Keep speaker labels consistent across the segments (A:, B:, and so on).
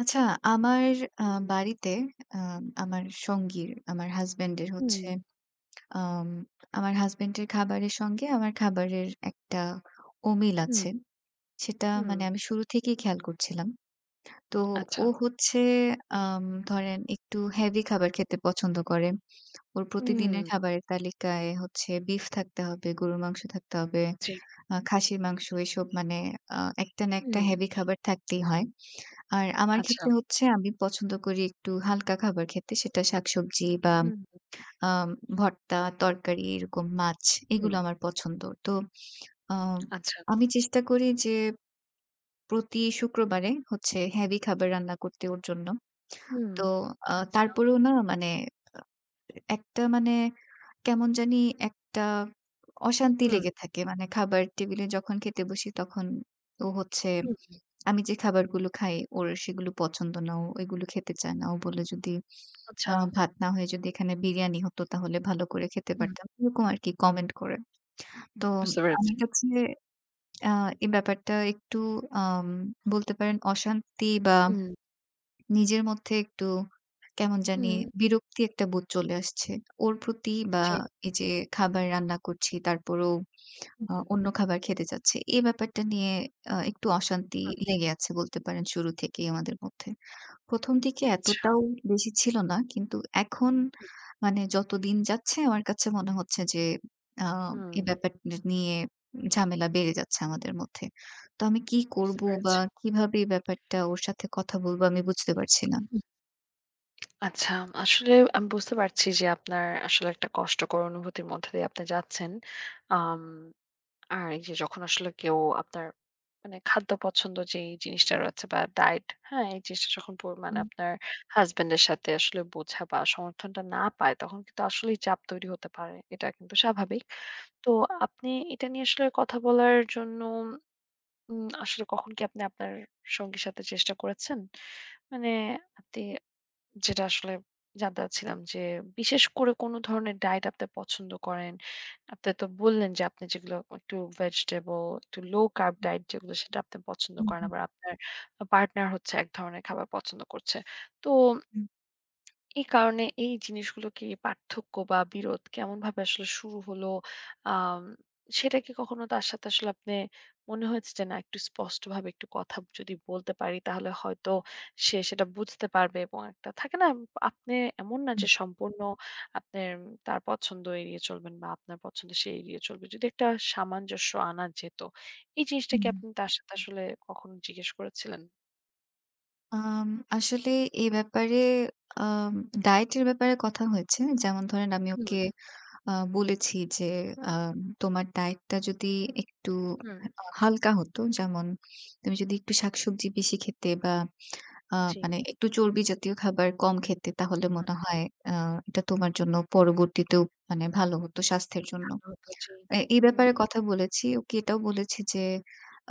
A: আচ্ছা, আমার আ বাড়িতে আ আমার সঙ্গীর, আমার হাসব্যান্ডের
B: হুম,
A: হচ্ছে, আম আমার হাসব্যান্ডের খাবারের সঙ্গে আমার খাবারের একটা অমিল
B: হুম,
A: আছে। সেটা
B: হুম,
A: মানে আমি শুরু থেকেই খেয়াল করছিলাম। তো
B: আচ্ছা।
A: ও হচ্ছে আম ধরেন একটু হেভি খাবার খেতে পছন্দ করে। ওর
B: হুম,
A: প্রতিদিনের খাবারের তালিকায় হচ্ছে বিফ থাকতে হবে, গরুর মাংস থাকতে হবে,
B: জি।
A: খাসির মাংস, এসব মানে একটা না একটা
B: হুম,
A: হেভি খাবার থাকতেই হয়। আর আমার
B: আচ্ছা।
A: ক্ষেত্রে হচ্ছে আমি পছন্দ করি একটু হালকা খাবার খেতে। সেটা শাকসবজি বা
B: হুম,
A: আম ভর্তা, তরকারি, এরকম মাছ,
B: হুম,
A: এগুলো আমার পছন্দ। তো আ
B: আচ্ছা।
A: আমি চেষ্টা করি যে প্রতি শুক্রবারে হচ্ছে হেভি খাবার রান্না করতে ওর জন্য।
B: হুম,
A: তো
B: আচ্ছা।
A: তারপরেও না মানে, একটা মানে কেমন জানি একটা অশান্তি
B: হুম,
A: লেগে থাকে। মানে খাবার টেবিলে যখন খেতে বসি, তখন ও হচ্ছে,
B: হুম,
A: আমি যে খাবারগুলো খাই ওর সেগুলো পছন্দ না। ও এগুলো খেতে চায় না। ও বলে, যদি
B: আচ্ছা।
A: ভাত না হয়ে যদি এখানে বিরিয়ানি হতো তাহলে ভালো করে খেতে
B: হুম,
A: পারতাম। এরকম আরকি কমেন্ট করে। তো
B: বুঝতে পেরেছি।
A: আমার কাছে আ এই ব্যাপারটা একটু, আম বলতে পারেন অশান্তি, বা
B: হুম,
A: নিজের মধ্যে একটু কেমন জানি
B: হুম,
A: বিরক্তি, একটা বোধ চলে আসছে। ওর প্রতি, বা
B: জি।
A: এই যে খাবার রান্না করছি তারপরেও
B: হুম,
A: অন্য খাবার খেতে চাচ্ছে, এই ব্যাপারটা নিয়ে একটু অশান্তি
B: হুম,
A: লেগে আছে বলতে পারেন শুরু থেকেই আমাদের মধ্যে। ১ম দিকে
B: আচ্ছা।
A: এতটাও বেশি ছিল না। কিন্তু এখন, মানে যত দিন যাচ্ছে আমার কাছে মনে হচ্ছে যে আ
B: হুম,
A: এই ব্যাপার নিয়ে ঝামেলা বেড়ে যাচ্ছে আমাদের মধ্যে। তো আমি কি
B: বুঝতে
A: করব,
B: পেরেছি।
A: বা কিভাবে এই ব্যাপারটা ওর সাথে কথা বলব, আমি বুঝতে পারছি না।
B: হুম, আচ্ছা, আসলে আমি বুঝতে পারছি যে আপনার আসলে একটা কষ্টকর অনুভূতির মধ্যে দিয়ে আপনি যাচ্ছেন। আম আর এই যে যখন আসলে কেউ আপনার মানে খাদ্য পছন্দ যেই জিনিসটা রয়েছে বা ডায়েট, হ্যাঁ? এই জিনিসটা যখন পো মানে
A: হুম,
B: আপনার হাসব্যান্ডের সাথে আসলে বোঝা বা সমর্থনটা না পায়, তখন কিন্তু আসলেই চাপ তৈরি হতে পারে। এটা কিন্তু স্বাভাবিক। তো আপনি এটা নিয়ে আসলে কথা বলার জন্য আসলে কখন কি আপনি আপনার সঙ্গীর সাথে চেষ্টা করেছেন? মানে আপনি যেটা আসলে জানতে চাচ্ছিলাম যে, বিশেষ করে কোন ধরনের ডায়েট আপনি পছন্দ করেন? আপনি তো বললেন যে, আপনি যেগুলো একটু ভেজিটেবল, একটু লো কার্ব ডায়েট যেগুলো সেটা আপনি পছন্দ
A: হুম,
B: করেন।
A: হুম,
B: আবার আপনার পার্টনার হচ্ছে এক ধরনের খাবার পছন্দ করছে। তো
A: হুম,
B: এই কারণে এই জিনিসগুলোকে পার্থক্য বা বিরোধ কেমনভাবে আসলে শুরু হলো, আম সেটা কি কখনো তার সাথে আসলে আপনে মনে হয়েছে যে না একটু স্পষ্টভাবে একটু কথা যদি বলতে পারি তাহলে হয়তো সে সেটা বুঝতে পারবে এবং একটা থাকে না আপনে এমন না
A: হুম,
B: যে সম্পূর্ণ আপনার তার পছন্দ এড়িয়ে চলবেন বা আপনার পছন্দ সে এড়িয়ে চলবে। যদি একটা সামঞ্জস্য আনা যেত। এই জিনিসটা কি
A: হুম।
B: আপনি তার সাথে আসলে কখনো জিজ্ঞেস করেছিলেন?
A: আম আসলে এই ব্যাপারে, আম ডায়েটের ব্যাপারে কথা হয়েছে। যেমন ধরেন আমি
B: হুম।
A: ওকে বলেছি যে, আম "তোমার ডায়েটটা যদি একটু
B: হুম,
A: আ হালকা হতো, যেমন তুমি যদি একটু শাকসবজি বেশি খেতে বা আ
B: জি।
A: মানে একটু চর্বি জাতীয় খাবার কম খেতে, তাহলে
B: ভালো
A: মনে হয় আ এটা তোমার জন্য পরবর্তীতেও মানে ভালো হতো স্বাস্থ্যের জন্য।"
B: হতো। জি,
A: এই
B: হুম।
A: ব্যাপারে কথা বলেছি। ওকে এটাও বলেছি যে,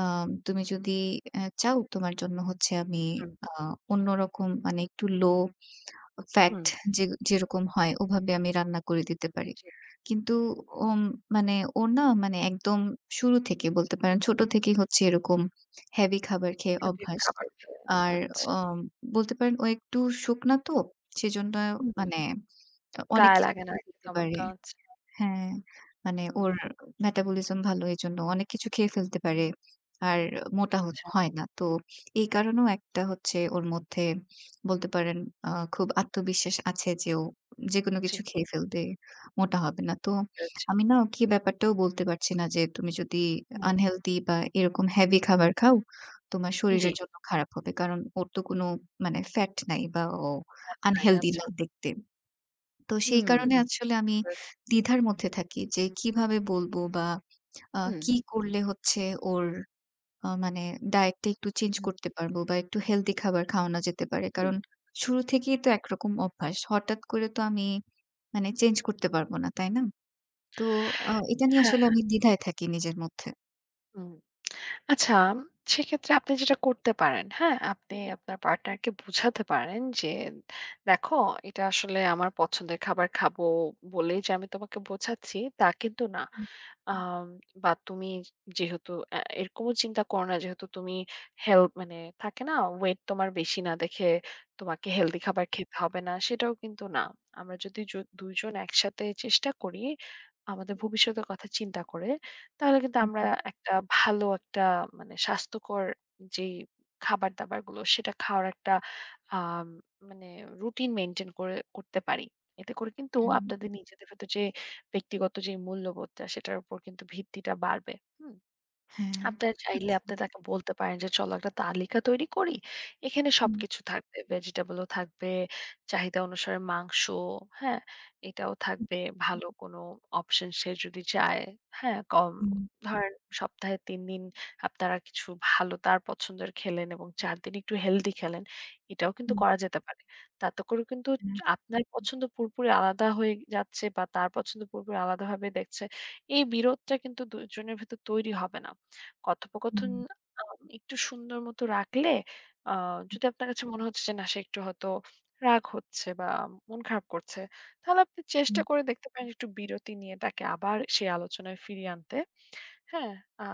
A: "তুমি যদি চাও তোমার জন্য হচ্ছে আমি
B: হুম
A: আ অন্যরকম, মানে একটু লো ফ্যাট
B: হুম।
A: যে যেরকম হয় ওভাবে আমি রান্না করে দিতে পারি।"
B: জি।
A: কিন্তু ওম মানে ও না, মানে একদম শুরু থেকে বলতে পারেন, ছোট থেকেই হচ্ছে এরকম হেভি খাবার খেয়ে
B: হেলদি
A: অভ্যাস।
B: খাবার খেয়ে।
A: আর
B: আচ্ছা।
A: অম বলতে পারেন ও একটু শুকনা তো, সেজন্য
B: হুম।
A: মানে অনেক
B: গায়ে
A: কিছু
B: লাগে না
A: খেয়ে
B: আরকি
A: ফেলতে পারে।
B: তেমনটা। আচ্ছা।
A: হ্যাঁ, মানে
B: হুম।
A: ওর মেটাবলিজম ভালো, এজন্য অনেক কিছু খেয়ে ফেলতে পারে। আর মোটা
B: আচ্ছা।
A: হয় না। তো এই কারণেও একটা হচ্ছে ওর মধ্যে বলতে পারেন খুব আত্মবিশ্বাস আছে যে ও যেকোনো
B: জি,
A: কিছু খেয়ে ফেলবে, মোটা হবে না। তো
B: পেরেছি।
A: আমি না, ওকে ব্যাপারটাও বলতে পারছি না যে তুমি যদি
B: হুম।
A: আনহেলথি বা এরকম হেভি খাবার খাও, তোমার
B: জি,
A: শরীরের জন্য খারাপ হবে। কারণ ওর তো কোনো মানে ফ্যাট নাই, বা ও
B: তাই
A: আনহেলথি
B: আচ্ছা।
A: না দেখতে। তো সেই
B: হুম।
A: কারণে হুম। আসলে আমি
B: পেরেছি।
A: দ্বিধার মধ্যে থাকি যে কিভাবে বলবো, বা
B: হুম,
A: কি করলে হচ্ছে ওর মানে ডায়েটটা একটু চেঞ্জ
B: হুম,
A: করতে পারবো, বা একটু হেলদি খাবার খাওয়ানো যেতে পারে।
B: হুম।
A: কারণ শুরু থেকেই তো একরকম অভ্যাস। হঠাৎ করে তো আমি মানে চেঞ্জ করতে পারবো না, তাই না? তো এটা নিয়ে
B: হ্যাঁ।
A: আসলে আমি দ্বিধায় থাকি নিজের মধ্যে।
B: হুম। আচ্ছা, সেক্ষেত্রে আপনি যেটা করতে পারেন, হ্যাঁ? আপনি আপনার পার্টনারকে বুঝাতে পারেন যে, "দেখো এটা আসলে আমার পছন্দের খাবার খাবো বলেই যে আমি তোমাকে বোঝাচ্ছি তা কিন্তু না।
A: হুম,
B: আম বা তুমি যেহেতু এরকমও চিন্তা করো না যেহেতু তুমি হেল মানে থাকে না ওয়েট তোমার বেশি না দেখে তোমাকে হেলদি খাবার খেতে হবে না সেটাও কিন্তু না। আমরা যদি য ২ জন একসাথে চেষ্টা করি আমাদের ভবিষ্যতের কথা চিন্তা করে তাহলে কিন্তু আমরা
A: হুম,
B: একটা ভালো একটা মানে স্বাস্থ্যকর যেই খাবার-দাবার গুলো সেটা খাওয়ার একটা আম মানে রুটিন মেইনটেইন করে করতে পারি। এতে করে কিন্তু
A: হুম।
B: আপনাদের নিজেদের ভেতর যে ব্যক্তিগত যে মূল্যবোধটা সেটার উপর কিন্তু ভিত্তিটা বাড়বে। হুম?
A: হ্যাঁ।
B: আপনার চাইলে
A: আচ্ছা।
B: আপনি তাকে বলতে পারেন যে, "চলো একটা তালিকা তৈরি করি। এখানে
A: হুম,
B: সবকিছু থাকবে। ভেজিটেবলও থাকবে, চাহিদা অনুসারে মাংস, হ্যাঁ? এটাও
A: হুম,
B: থাকবে। ভালো কোনো অপশন সে যদি চায়, হ্যাঁ? কম
A: হুম,
B: ধরেন সপ্তাহে ৩ দিন আপনারা কিছু ভালো তার পছন্দের খেলেন এবং ৪ দিন একটু হেলদি খেলেন। এটাও কিন্তু
A: হুম,
B: করা যেতে পারে। তাতে করে কিন্তু
A: হ্যাঁ,
B: আপনার পছন্দ পুরোপুরি আলাদা হয়ে যাচ্ছে বা তার পছন্দ পুরোপুরি আলাদাভাবে দেখছে। এই বিরোধটা কিন্তু ২ জনের ভেতর তৈরি হবে না।" কথোপকথন
A: হুম,
B: একটু সুন্দর মতো রাখলে আ যদি আপনার কাছে মনে হচ্ছে যে না সে একটু হয়তো রাগ হচ্ছে বা মন খারাপ করছে, তাহলে আপনি চেষ্টা
A: হুম,
B: করে দেখতে পারেন একটু বিরতি নিয়ে তাকে আবার সেই আলোচনায় ফিরিয়ে আনতে। হ্যাঁ, আ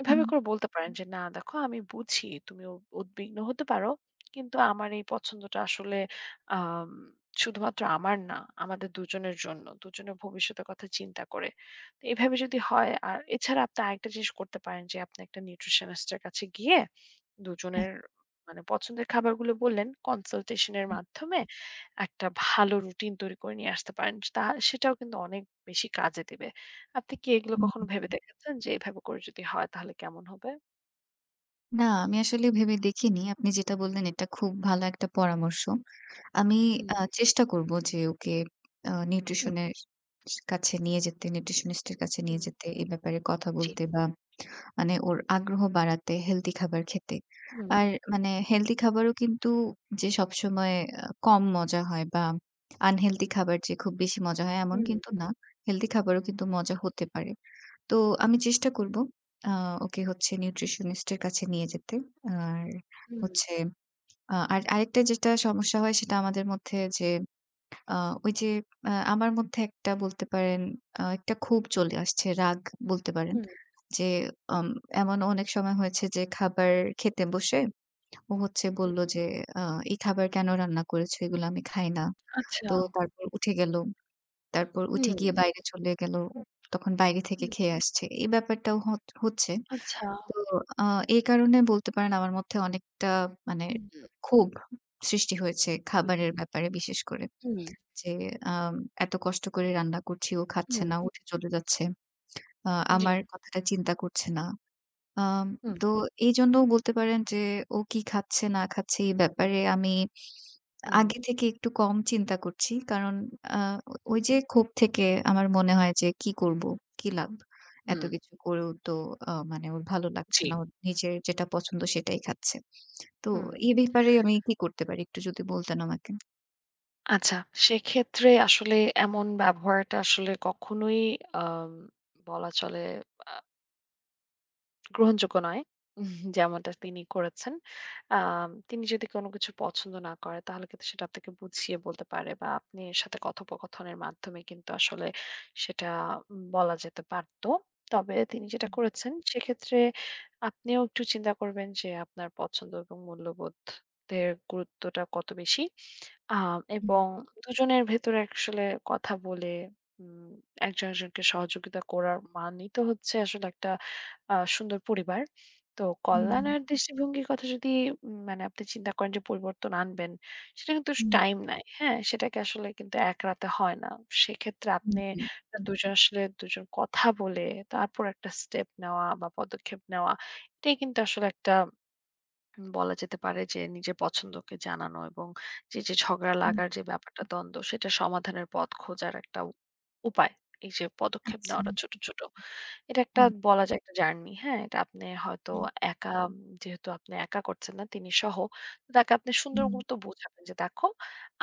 B: এভাবে
A: হুম,
B: করে বলতে পারেন হুম। যে, "না দেখো আমি বুঝি তুমি উ উদ্বিগ্ন হতে পারো। কিন্তু আমার এই পছন্দটা আসলে আম শুধুমাত্র আমার না। আমাদের দুজনের জন্য। দুজনের ভবিষ্যতের কথা চিন্তা করে।" তো এভাবে যদি হয় আর এছাড়া আপনি আরেকটা জিনিস করতে পারেন যে, আপনি একটা নিউট্রিশনিস্ট এর কাছে গিয়ে
A: হ্যাঁ,
B: দুজনের মানে পছন্দের খাবারগুলো বললেন, কনসালটেশন এর
A: হুম,
B: মাধ্যমে একটা ভালো রুটিন তৈরি করে নিয়ে আসতে পারেন। তা সেটাও কিন্তু অনেক বেশি কাজে দিবে। আপনি কি এগুলো কখনো
A: হুম।
B: ভেবে দেখেছেন যে এভাবে করে যদি হয় তাহলে কেমন হবে?
A: না, আমি আসলে ভেবে দেখিনি। আপনি যেটা বললেন, এটা খুব ভালো একটা পরামর্শ। আমি
B: হুম,
A: চেষ্টা করব যে ওকে
B: হুম,
A: নিউট্রিশনের কাছে নিয়ে যেতে, নিউট্রিশনিস্ট এর কাছে নিয়ে
B: হুম,
A: যেতে, এই ব্যাপারে কথা
B: জি।
A: বলতে, বা মানে ওর আগ্রহ বাড়াতে হেলথি খাবার খেতে।
B: হুম,
A: আর মানে হেলথি খাবারও কিন্তু যে সবসময় কম মজা হয়, বা আনহেলথি খাবার যে খুব বেশি মজা হয় এমন
B: হুম,
A: কিন্তু না। হেলথি খাবারও কিন্তু মজা হতে পারে। তো আমি চেষ্টা করব আ ওকে হচ্ছে নিউট্রিশনিস্ট এর কাছে নিয়ে যেতে। আর
B: হুম,
A: হচ্ছে, আর আরেকটা যেটা সমস্যা হয় সেটা আমাদের মধ্যে, যে আ ওই যে আমার মধ্যে একটা বলতে পারেন একটা ক্ষোভ চলে আসছে, রাগ বলতে পারেন।
B: হুম,
A: যে আম এমন অনেক সময় হয়েছে যে খাবার খেতে বসে ও হচ্ছে
B: হুম।
A: বলল যে, "আ এই খাবার কেন রান্না করেছো? এগুলো আমি খাই না।"
B: আচ্ছা।
A: তো তারপর উঠে গেল। তারপর উঠে গিয়ে
B: হুম,
A: বাইরে চলে গেল। তখন বাইরে থেকে
B: হুম,
A: খেয়ে আসছে। এই ব্যাপারটাও হচ্ছে।
B: আচ্ছা।
A: তো আ এই কারণে বলতে পারেন আমার মধ্যে অনেকটা মানে
B: হুম,
A: ক্ষোভ সৃষ্টি হয়েছে
B: জি।
A: খাবারের ব্যাপারে বিশেষ করে।
B: হুম,
A: যে আম এত কষ্ট করে রান্না করছি, ও খাচ্ছে
B: হুম,
A: না, উঠে চলে যাচ্ছে। আ
B: জি।
A: আমার কথাটা চিন্তা করছে না। আম
B: হুম,
A: তো এইজন্যও বলতে পারেন যে ও কি খাচ্ছে না খাচ্ছে এই ব্যাপারে আমি
B: হুম,
A: আগে থেকে একটু কম চিন্তা করছি। কারণ আ
B: হুম,
A: ওই যে ক্ষোভ থেকে আমার মনে হয় যে কি করব? কি লাভ? এত
B: হুম,
A: কিছু করেও তো মানে ওর ভালো লাগছে
B: জি।
A: না। ওর নিজের যেটা পছন্দ সেটাই খাচ্ছে। তো
B: হুম।
A: এ ব্যাপারে আমি কি করতে পারি? একটু যদি বলতেন আমাকে।
B: আচ্ছা, সেক্ষেত্রে আসলে এমন ব্যবহারটা আসলে কখনোই আম বলা চলে আ গ্রহণযোগ্য নয়। উম, যেমনটা তিনি করেছেন। তিনি যদি কোনো কিছু পছন্দ না করে তাহলে কিন্তু সেটা আপনাকে বুঝিয়ে বলতে পারে বা আপনার সাথে কথোপকথনের মাধ্যমে কিন্তু আসলে সেটা উম, বলা যেতে পারত। তবে তিনি যেটা করেছেন সেক্ষেত্রে আপনিও একটু চিন্তা করবেন যে আপনার পছন্দ এবং মূল্যবোধের গুরুত্বটা কত বেশি।
A: হুম,
B: এবং দুজনের ভেতরে আসলে কথা বলে উম একজন একজনকে সহযোগিতা করার মানেই তো হচ্ছে আসলে একটা সুন্দর পরিবার। তো
A: হুম,
B: কল্যাণ আর দৃষ্টিভঙ্গির কথা যদি মানে আপনি চিন্তা করেন যে পরিবর্তন আনবেন, সেটা কিন্তু
A: হুম,
B: টাইম নেয়। হ্যাঁ? সেটাকে আসলে কিন্তু এক রাতে হয় না। সেক্ষেত্রে
A: হুম,
B: আপনি
A: হুম।
B: দুজন আসলে দুজন কথা বলে তারপর একটা স্টেপ নেওয়া বা পদক্ষেপ নেওয়া, এটাই কিন্তু আসলে একটা বলা যেতে পারে যে নিজের পছন্দকে জানানো এবং যে, যে ঝগড়া
A: হুম।
B: লাগার যে ব্যাপারটা দ্বন্দ্ব সেটা সমাধানের পথ খোঁজার একটা উ- উপায়। এই যে পদক্ষেপ
A: আচ্ছা।
B: নেওয়াটা ছোট, ছোট। এটা একটা
A: হ্যাঁ।
B: বলা যায় একটা জার্নি, হ্যাঁ? এটা আপনি হয়তো
A: হুম,
B: একা উম, যেহেতু আপনি একা করছেন না তিনি সহ, তো তাকে আপনি সুন্দর
A: হুম,
B: মতো বোঝাবেন যে দেখো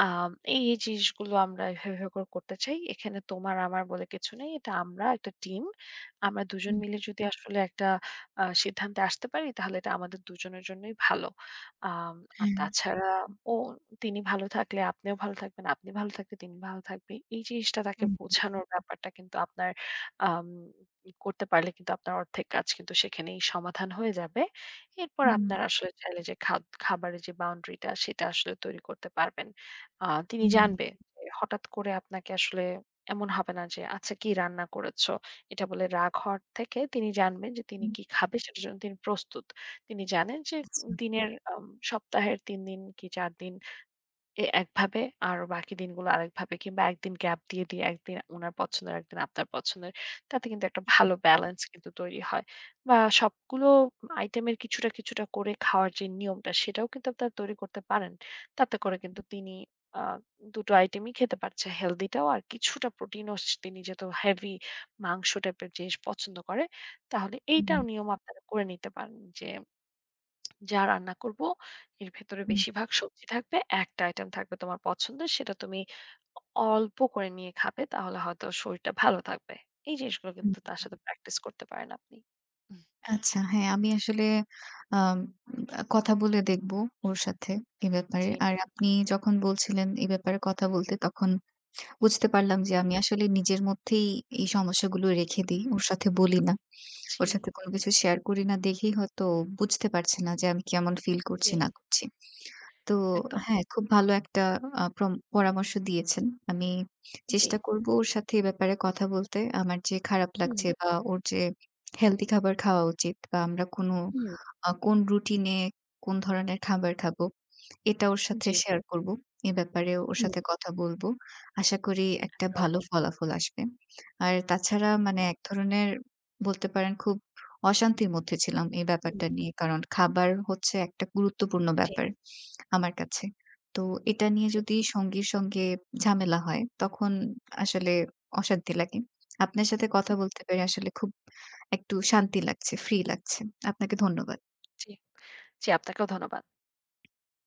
B: এই, এই জিনিসগুলো আমরা এভাবে, এভাবে করে করতে চাই। এখানে তোমার আমার বলে কিছু নেই। এটা আমরা একটা টিম। আমরা দুজন
A: হুম,
B: মিলে যদি আসলে একটা সিদ্ধান্তে আসতে পারি তাহলে এটা আমাদের দুজনের জন্যই ভালো। আম আর
A: হ্যাঁ,
B: তাছাড়া ও তিনি ভালো থাকলে আপনিও ভালো থাকবেন, আপনি ভালো থাকলে তিনি ভালো থাকবে। এই জিনিসটা তাকে
A: হুম,
B: বোঝানোর ব্যাপারটা কিন্তু আপনার আম করতে পারলে কিন্তু আপনার অর্ধেক কাজ কিন্তু সেখানেই সমাধান হয়ে যাবে। এরপর
A: হুম,
B: আপনার আসলে চাইলে যে খাদ খাবারের যে বাউন্ডারিটা সেটা আসলে তৈরি করতে পারবেন। আ তিনি
A: হুম,
B: জানবে যে হঠাৎ করে আপনাকে আসলে এমন হবে না যে, "আচ্ছা কি রান্না করেছো?" এটা বলে রাগ হওয়ার থেকে তিনি জানবেন যে তিনি
A: হুম,
B: কি খাবে সেটার জন্য তিনি প্রস্তুত। তিনি জানেন যে
A: আচ্ছা।
B: দিনের সপ্তাহের ৩ দিন কি ৪ দিন এ একভাবে আর বাকি দিনগুলো আরেকভাবে কিংবা একদিন গ্যাপ দিয়ে, দিয়ে একদিন উনার পছন্দের, একদিন আপনার পছন্দের। তাতে কিন্তু একটা
A: হুম,
B: ভালো ব্যালেন্স কিন্তু তৈরি হয়। বা সবগুলো আইটেমের কিছুটা, কিছুটা করে খাওয়ার যে নিয়মটা সেটাও কিন্তু আপনারা তৈরি করতে পারেন। তাতে করে কিন্তু তিনি আ ২ টো আইটেমই খেতে পারছে। হেলথিটাও আর কিছুটা প্রোটিনও স তিনি যেহেতু হেভি মাংস টাইপের জিনিস পছন্দ করে, তাহলে এইটাও
A: হুম,
B: নিয়ম আপনারা করে নিতে পারেন যে যা রান্না করব এর ভেতরে
A: হুম,
B: বেশিরভাগ সবজি থাকবে। একটা আইটেম থাকবে তোমার পছন্দের সেটা তুমি অ অল্প করে নিয়ে খাবে। তাহলে হয়তো শরীরটা ভালো থাকবে। এই জিনিসগুলো
A: হুম।
B: কিন্তু তার সাথে প্র্যাকটিস করতে পারেন আপনি। উহ
A: আচ্ছা, হ্যাঁ, আমি আসলে আম কথা বলে দেখব ওর সাথে এ ব্যাপারে।
B: জি,
A: আর আপনি যখন বলছিলেন এ ব্যাপারে কথা বলতে, তখন বুঝতে পারলাম যে
B: হুম।
A: আমি আসলে নিজের মধ্যেই এই সমস্যাগুলো রেখে দেই। ওর সাথে বলি না।
B: জি,
A: ওর সাথে কোনো কিছু শেয়ার করি না দেখেই হয়তো ও বুঝতে পারছে না যে আমি কেমন ফিল
B: জি,
A: করছি না করছি। তো
B: একদম।
A: হ্যাঁ, খুব ভালো একটা আ প্রম পরামর্শ দিয়েছেন। আমি
B: জি।
A: চেষ্টা করব ওর সাথে এ ব্যাপারে কথা বলতে। আমার যে খারাপ
B: হুম,
A: লাগছে, বা ওর যে হেলথি খাবার খাওয়া উচিত, বা আমরা কোনো
B: হুম,
A: কোন রুটিন এ কোন ধরনের খাবার খাবো, এটা ওর সাথে
B: জি,
A: শেয়ার করব। এ ব্যাপারে ওর
B: হুম,
A: সাথে কথা বলব। আশা করি একটা
B: একদম।
A: ভালো ফলাফল আসবে। আর তাছাড়া
B: হুম,
A: মানে এক ধরনের বলতে পারেন খুব অশান্তির মধ্যে ছিলাম এই
B: হুম,
A: ব্যাপারটা নিয়ে। কারণ খাবার হচ্ছে একটা গুরুত্বপূর্ণ
B: জি,
A: ব্যাপার আমার কাছে। তো এটা নিয়ে
B: জি,
A: যদি সঙ্গীর সঙ্গে ঝামেলা হয়, তখন আসলে অশান্তি লাগে। আপনার সাথে কথা
B: হুম।
A: বলতে পেরে আসলে খুব একটু শান্তি লাগছে, ফ্রি লাগছে। আপনাকে ধন্যবাদ।
B: জি, জি আপনাকেও ধন্যবাদ।